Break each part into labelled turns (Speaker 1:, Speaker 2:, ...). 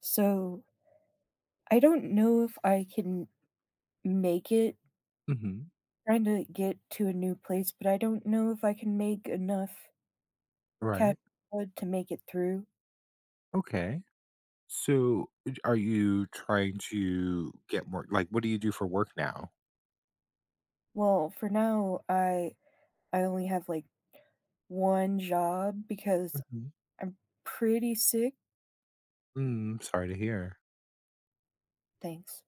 Speaker 1: So I don't know if I can make it
Speaker 2: Mhm.
Speaker 1: trying to get to a new place, but I don't know if I can make enough cash
Speaker 2: Right.
Speaker 1: flow to make it through.
Speaker 2: Okay. So, d are you trying to get more like, what do you do for work now?
Speaker 1: Well, for now, I only have like one job because
Speaker 2: Mhm.
Speaker 1: I'm pretty sick.
Speaker 2: Mm, sorry to hear.
Speaker 1: Thanks.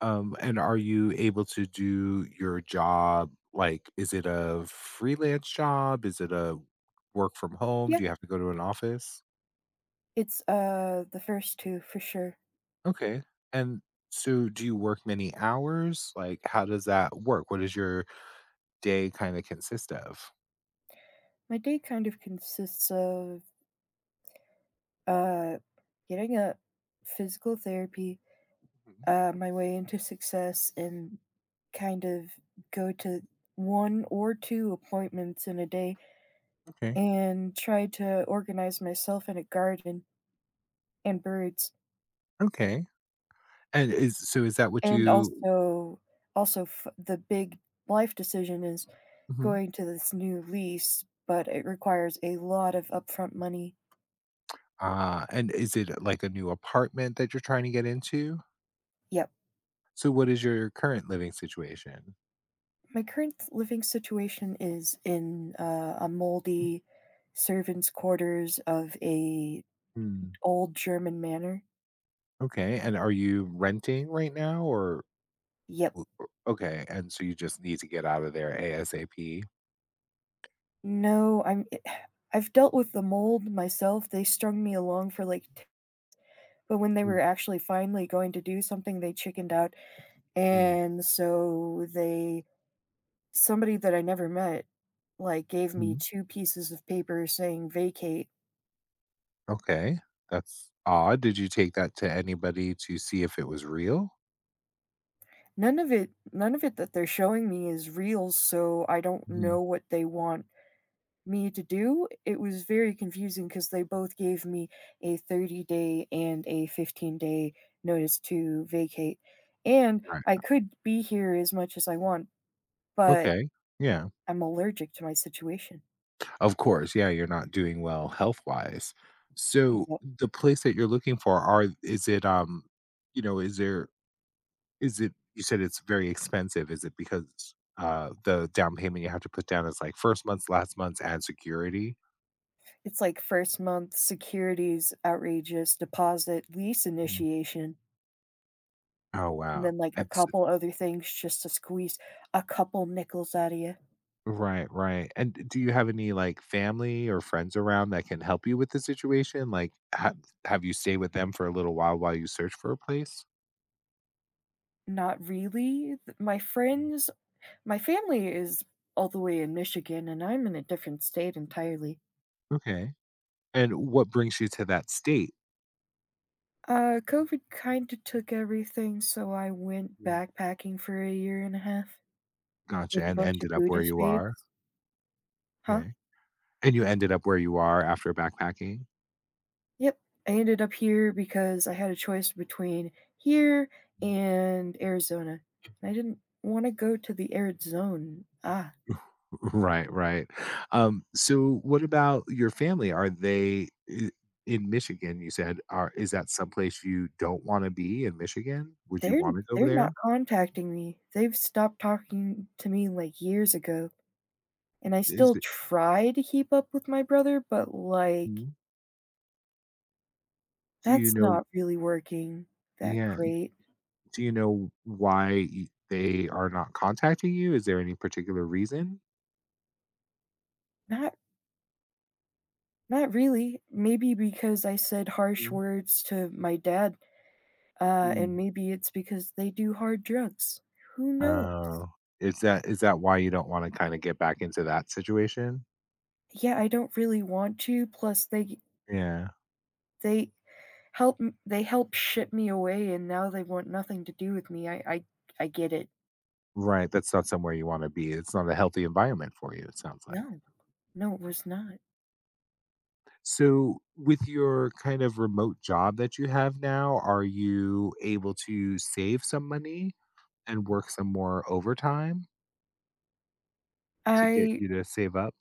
Speaker 2: And are you able to do your job, like, is it a freelance job? Is it a work from home?
Speaker 1: Yeah,
Speaker 2: Do you have to go to an office?
Speaker 1: it's the first two for sure.
Speaker 2: Okay. And so do you work many hours? Like, how does that work? What does your day kinda consist of?
Speaker 1: My day kind of consists of uh getting a physical therapy
Speaker 2: Mhm.
Speaker 1: my way into success and kind of go to one or two appointments in a day
Speaker 2: Okay.
Speaker 1: and try to organize myself in a garden and birds.
Speaker 2: Okay. And is so is that what
Speaker 1: And
Speaker 2: you
Speaker 1: the big life decision is
Speaker 2: Mhm.
Speaker 1: going to this new lease, but it requires a lot of upfront money.
Speaker 2: Ah, and is it like a new apartment that you're trying to get into?
Speaker 1: Yep.
Speaker 2: So what is your current living situation?
Speaker 1: My current living situation is in a moldy servants quarters of a
Speaker 2: Hmm,
Speaker 1: old german manor.
Speaker 2: okay, and are you renting right now or
Speaker 1: Yep.
Speaker 2: okay, and so you just need to get out of there ASAP?
Speaker 1: No, I'm I have dealt with the mold myself. They strung me along for, like, t but when they
Speaker 2: Mhm,
Speaker 1: were actually finally going to do something, they chickened out,
Speaker 2: mm,
Speaker 1: and so they somebody that I never met, like, gave me
Speaker 2: mhm.
Speaker 1: 2 pieces of paper saying "vacate."
Speaker 2: Okay, that's odd. Did you take that to anybody to see if it was real?
Speaker 1: None of it that they're showing me is real, so I don't
Speaker 2: Mhm,
Speaker 1: know what they want me to do. It was very confusing because they both gave me a 30 day and a 15-day notice to vacate. And I
Speaker 2: right.
Speaker 1: could be here as much as I want, but
Speaker 2: Okay, yeah.
Speaker 1: I'm allergic to my situation.
Speaker 2: Of course, yeah, you're not doing well health-wise. So
Speaker 1: Yep.
Speaker 2: the place that you're looking for, are is it, you know, Is it you said it's very expensive, is it because, the down payment you have to put down is, like, 1st month's, last month's, and security?
Speaker 1: It's like first month securities, outrageous deposit, lease
Speaker 2: Mm.
Speaker 1: initiation,
Speaker 2: Oh,
Speaker 1: and
Speaker 2: wow.
Speaker 1: then like a
Speaker 2: That's
Speaker 1: couple other things just to squeeze a couple nickels out of you.
Speaker 2: right, right, and d do you have any, like, family or friends around that can help you with the situation? Like, ha Have you stayed with them for a little while you search for a place?
Speaker 1: Not really. My
Speaker 2: Mm.
Speaker 1: friends, my family is all the way in Michigan, and I'm in a different state entirely.
Speaker 2: Okay, and what brings you to that state?
Speaker 1: COVID kind of took everything, so I went
Speaker 2: Mm.
Speaker 1: backpacking for a year and a half
Speaker 2: Gotcha,
Speaker 1: with a
Speaker 2: and
Speaker 1: bunch of
Speaker 2: ended up where
Speaker 1: Buddhist
Speaker 2: you
Speaker 1: babes.
Speaker 2: are?
Speaker 1: Huh?
Speaker 2: Okay, and you ended up where you are after backpacking?
Speaker 1: Yep. I ended up here because I had a choice between here and Arizona. And I didn't want to go to the arid zone. Ah,
Speaker 2: Right, right. So what about your family? Are they I In Michigan, you said, are is that someplace you don't wanna be in Michigan? Would you
Speaker 1: they're
Speaker 2: wanna go
Speaker 1: they're not
Speaker 2: there?
Speaker 1: contacting me. They've stopped talking to me like years ago. And I
Speaker 2: Is
Speaker 1: still
Speaker 2: it
Speaker 1: try to keep up with my brother, but, like,
Speaker 2: Mhm. Do you
Speaker 1: that's
Speaker 2: know
Speaker 1: not really working that
Speaker 2: Yeah,
Speaker 1: great.
Speaker 2: do you know why y they are not contacting you? Is there any particular reason?
Speaker 1: Not not really. Maybe because I said harsh words to my dad, and
Speaker 2: Mhm.
Speaker 1: maybe it's because they do hard drugs. Who knows?
Speaker 2: Oh, is that why you don't wanna kinda get back into that situation?
Speaker 1: Yeah, I don't really want to, plus
Speaker 2: Yeah.
Speaker 1: they they help ship me away, and now they want nothing to do with me. I get it.
Speaker 2: Right, that's not somewhere you wanna be. It's not a healthy environment for you, it sounds like.
Speaker 1: No. No, it was not.
Speaker 2: So, with your kind of remote job that you have now, are you able to save some money and work some more overtime to get
Speaker 1: I
Speaker 2: you to save up?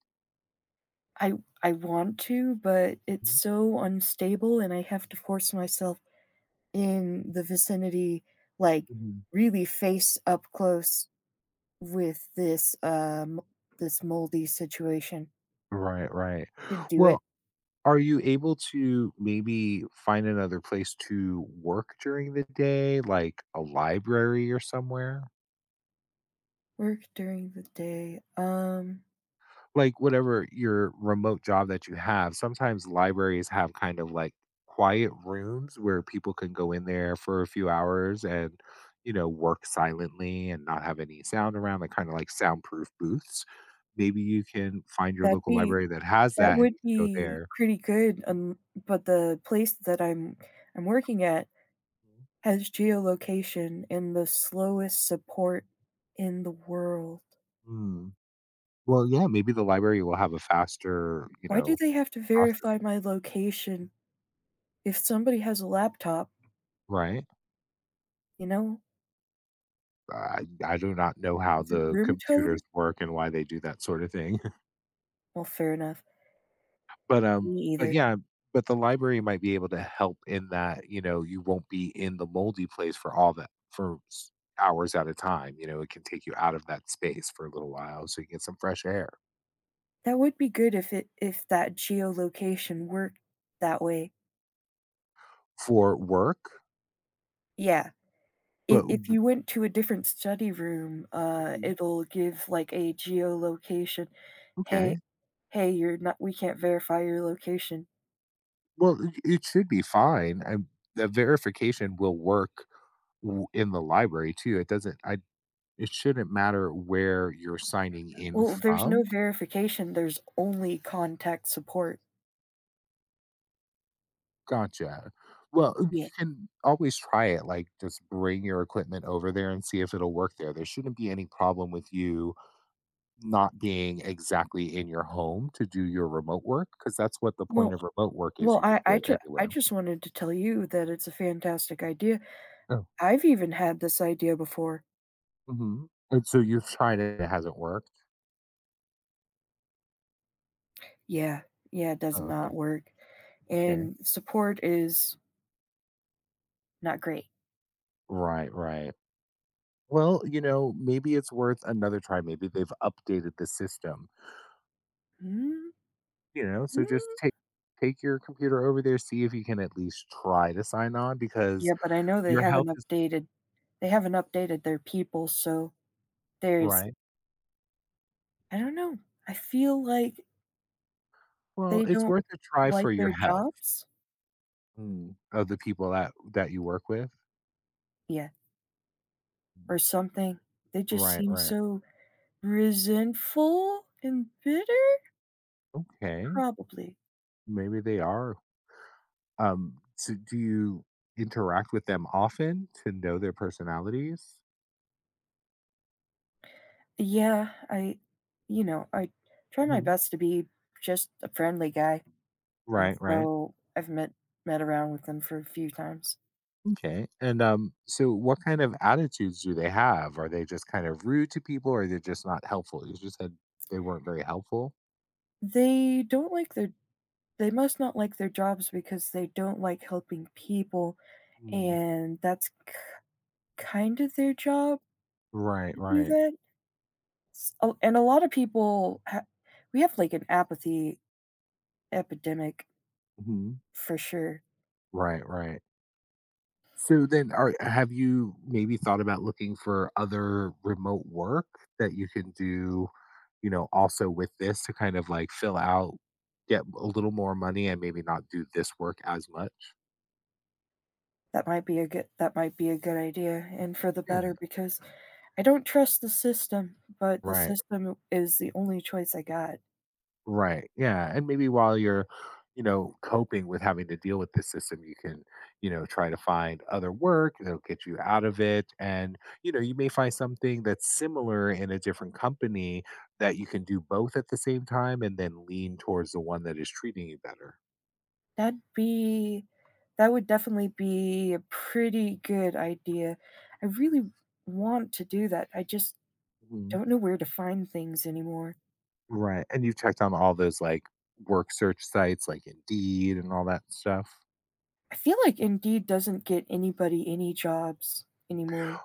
Speaker 1: I I want to, but it's so unstable and I have to force myself in the vicinity, like
Speaker 2: Mhm.
Speaker 1: really face up close with this this moldy situation
Speaker 2: Right, right.
Speaker 1: to do it.
Speaker 2: Well, are you able to maybe find another place to work during the day, like a library or somewhere?
Speaker 1: Work during the day.
Speaker 2: Like, whatever your remote job that you have, sometimes libraries have kind of like quiet rooms where people can go in there for a few hours and, you know, work silently and not have any sound around, like kind of like soundproof booths. Maybe you can find your
Speaker 1: That'd
Speaker 2: local
Speaker 1: be
Speaker 2: library that has
Speaker 1: that
Speaker 2: that and
Speaker 1: would
Speaker 2: you can go
Speaker 1: be
Speaker 2: there.
Speaker 1: pretty good. But the place that I'm working at has geolocation and the slowest support in the world.
Speaker 2: Mm. Well, yeah, maybe the library will have a faster, you
Speaker 1: Why do
Speaker 2: know,
Speaker 1: they have to
Speaker 2: process,
Speaker 1: verify my location if somebody has a laptop,
Speaker 2: right?
Speaker 1: you know?
Speaker 2: I do not know how
Speaker 1: Is it
Speaker 2: the
Speaker 1: room
Speaker 2: computers
Speaker 1: tone?
Speaker 2: work and why they do that sort of thing.
Speaker 1: Well, fair enough. Me
Speaker 2: But
Speaker 1: either.
Speaker 2: yeah, but the library might be able to help in that, you know, you won't be in the moldy place for all that for s hours at a time, you know, it can take you out of that space for a little while so you get some fresh air.
Speaker 1: That would be good if it if that geolocation worked that way.
Speaker 2: For work?
Speaker 1: Yeah.
Speaker 2: But
Speaker 1: If
Speaker 2: w
Speaker 1: you went to a different study room,
Speaker 2: Mhm,
Speaker 1: it'll give, like, a geolocation. "Hey
Speaker 2: okay.
Speaker 1: hey, you're not we can't verify your location."
Speaker 2: Well, it should be fine, the verification will work w in the library too, it doesn't I it shouldn't matter where you're signing in
Speaker 1: Well, there's no
Speaker 2: from.
Speaker 1: verification, there's only contact support.
Speaker 2: Gotcha. Well,
Speaker 1: Yeah.
Speaker 2: you can always try it. Like, just bring your equipment over there and see if it'll work there. There shouldn't be any problem with you not being exactly in your home to do your remote work because that's what the
Speaker 1: Well
Speaker 2: point of remote work is.
Speaker 1: well,
Speaker 2: You can do it
Speaker 1: I
Speaker 2: anywhere.
Speaker 1: just wanted to tell you that it's a fantastic idea.
Speaker 2: Oh,
Speaker 1: I've even had this idea before.
Speaker 2: hmm, and so you've tried it, it hasn't worked.
Speaker 1: Yeah, yeah, it does
Speaker 2: Oh, okay.
Speaker 1: not work,
Speaker 2: Okay.
Speaker 1: and support is not great.
Speaker 2: Right, right. Well, you know, maybe it's worth another try. Maybe they've updated the system,
Speaker 1: Mm,
Speaker 2: you know, so just
Speaker 1: mm.
Speaker 2: take. Take your computer over there, see if you can at least try to sign on because
Speaker 1: Yeah, but I know
Speaker 2: Your health is
Speaker 1: they haven't updated their people, so there's
Speaker 2: right.
Speaker 1: I don't know, I feel like
Speaker 2: Well,
Speaker 1: they
Speaker 2: it's
Speaker 1: don't
Speaker 2: worth a try
Speaker 1: like
Speaker 2: for your
Speaker 1: their
Speaker 2: health
Speaker 1: jobs?
Speaker 2: Mm. of the people that you work with.
Speaker 1: Yeah,
Speaker 2: Mm.
Speaker 1: or something. They just
Speaker 2: Right,
Speaker 1: seem
Speaker 2: right.
Speaker 1: so resentful and bitter?
Speaker 2: Okay,
Speaker 1: Probably.
Speaker 2: maybe they are. So do you interact with them often to know their personalities?
Speaker 1: Yeah, I, you know, I try my
Speaker 2: Mhm.
Speaker 1: best to be just a friendly guy, and
Speaker 2: Right, right.
Speaker 1: so I've met around with them for a few times.
Speaker 2: Okay. And, so what kind of attitudes do they have? Are they just kind of rude to people or they're just not helpful? You just said they weren't very helpful?
Speaker 1: They don't like their they must not like their jobs because they don't like helping people,
Speaker 2: Mm.
Speaker 1: and kind of their job
Speaker 2: Right,
Speaker 1: to do
Speaker 2: right.
Speaker 1: that. And a lot of we have like an apathy epidemic
Speaker 2: Mhm.
Speaker 1: for sure.
Speaker 2: Right, right. So then are have you maybe thought about looking for other remote work that you can do, you know, also with this to kind of like fill out, get a little more money and maybe not do this work as much?
Speaker 1: That might be a good idea, and for the
Speaker 2: Yeah.
Speaker 1: better because I don't trust the system, but the
Speaker 2: Right.
Speaker 1: system is the only choice I got.
Speaker 2: Right. Yeah. And maybe while you're, you know, coping with having to deal with this system, you can, you know, try to find other work that'll get you out of it. And, you know, you may find something that's similar in a different company that you can do both at the same time and then lean towards the one that is treating you better.
Speaker 1: That'd be that would definitely be a pretty good idea. I really want to do that. I just
Speaker 2: Mhm.
Speaker 1: don't know where to find things anymore.
Speaker 2: Right. And you've checked on all those like work search sites like Indeed and all that stuff.
Speaker 1: I feel like Indeed doesn't get anybody any jobs anymore.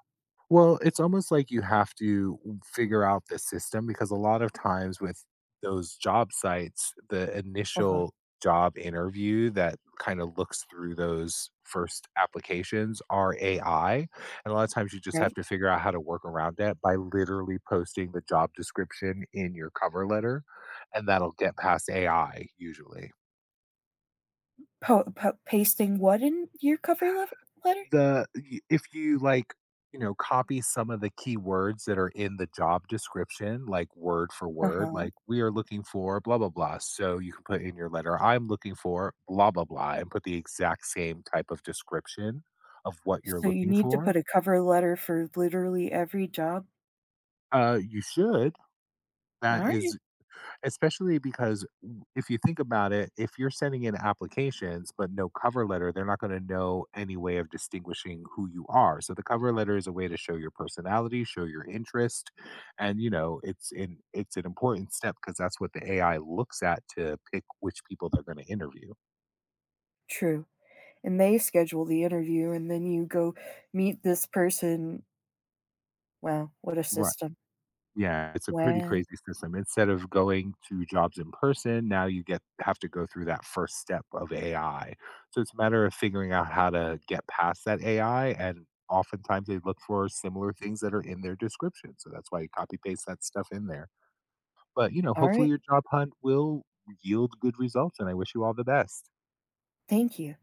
Speaker 2: Well, it's almost like you have to figure out the system because a lot of times with those job sites, the
Speaker 1: Uh-huh,
Speaker 2: initial job interview that kind of looks through those first applications are AI. And a lot of times you just have
Speaker 1: right?
Speaker 2: to figure out how to work around that by literally posting the job description in your cover letter, and that'll get past AI usually.
Speaker 1: Po po pasting what in your cover lev letter?
Speaker 2: The y If you, like, you know, copy some of the keywords that are in the job description, like, word for word,
Speaker 1: Uh-huh.
Speaker 2: like, "We are looking for blah, blah, blah," so you can put in your letter, "I'm looking for blah, blah, blah," and put the exact same type of description of what you're
Speaker 1: So you
Speaker 2: looking
Speaker 1: need to put
Speaker 2: for.
Speaker 1: a cover letter for literally every job?
Speaker 2: You should. That
Speaker 1: Alright.
Speaker 2: is Especially because w if you think about it, if you're sending in applications but no cover letter, they're not gonna know any way of distinguishing who you are. So the cover letter is a way to show your personality, show your interest, and, you know, it's an important step because that's what the AI looks at to pick which people they're gonna interview.
Speaker 1: True. And they schedule the interview, and then you go meet this person. Wow, what a
Speaker 2: Right.
Speaker 1: system.
Speaker 2: Yeah, it's a pretty
Speaker 1: Wow.
Speaker 2: crazy system. Instead of going to jobs in person, now you get have to go through that first step of AI. So it's a matter of figuring out how to get past that AI and oftentimes they look for similar things that are in their description. So that's why you copy paste that stuff in there. But, you know, hopefully
Speaker 1: Alright.
Speaker 2: your job hunt will yield good results and I wish you all the best.
Speaker 1: Thank you.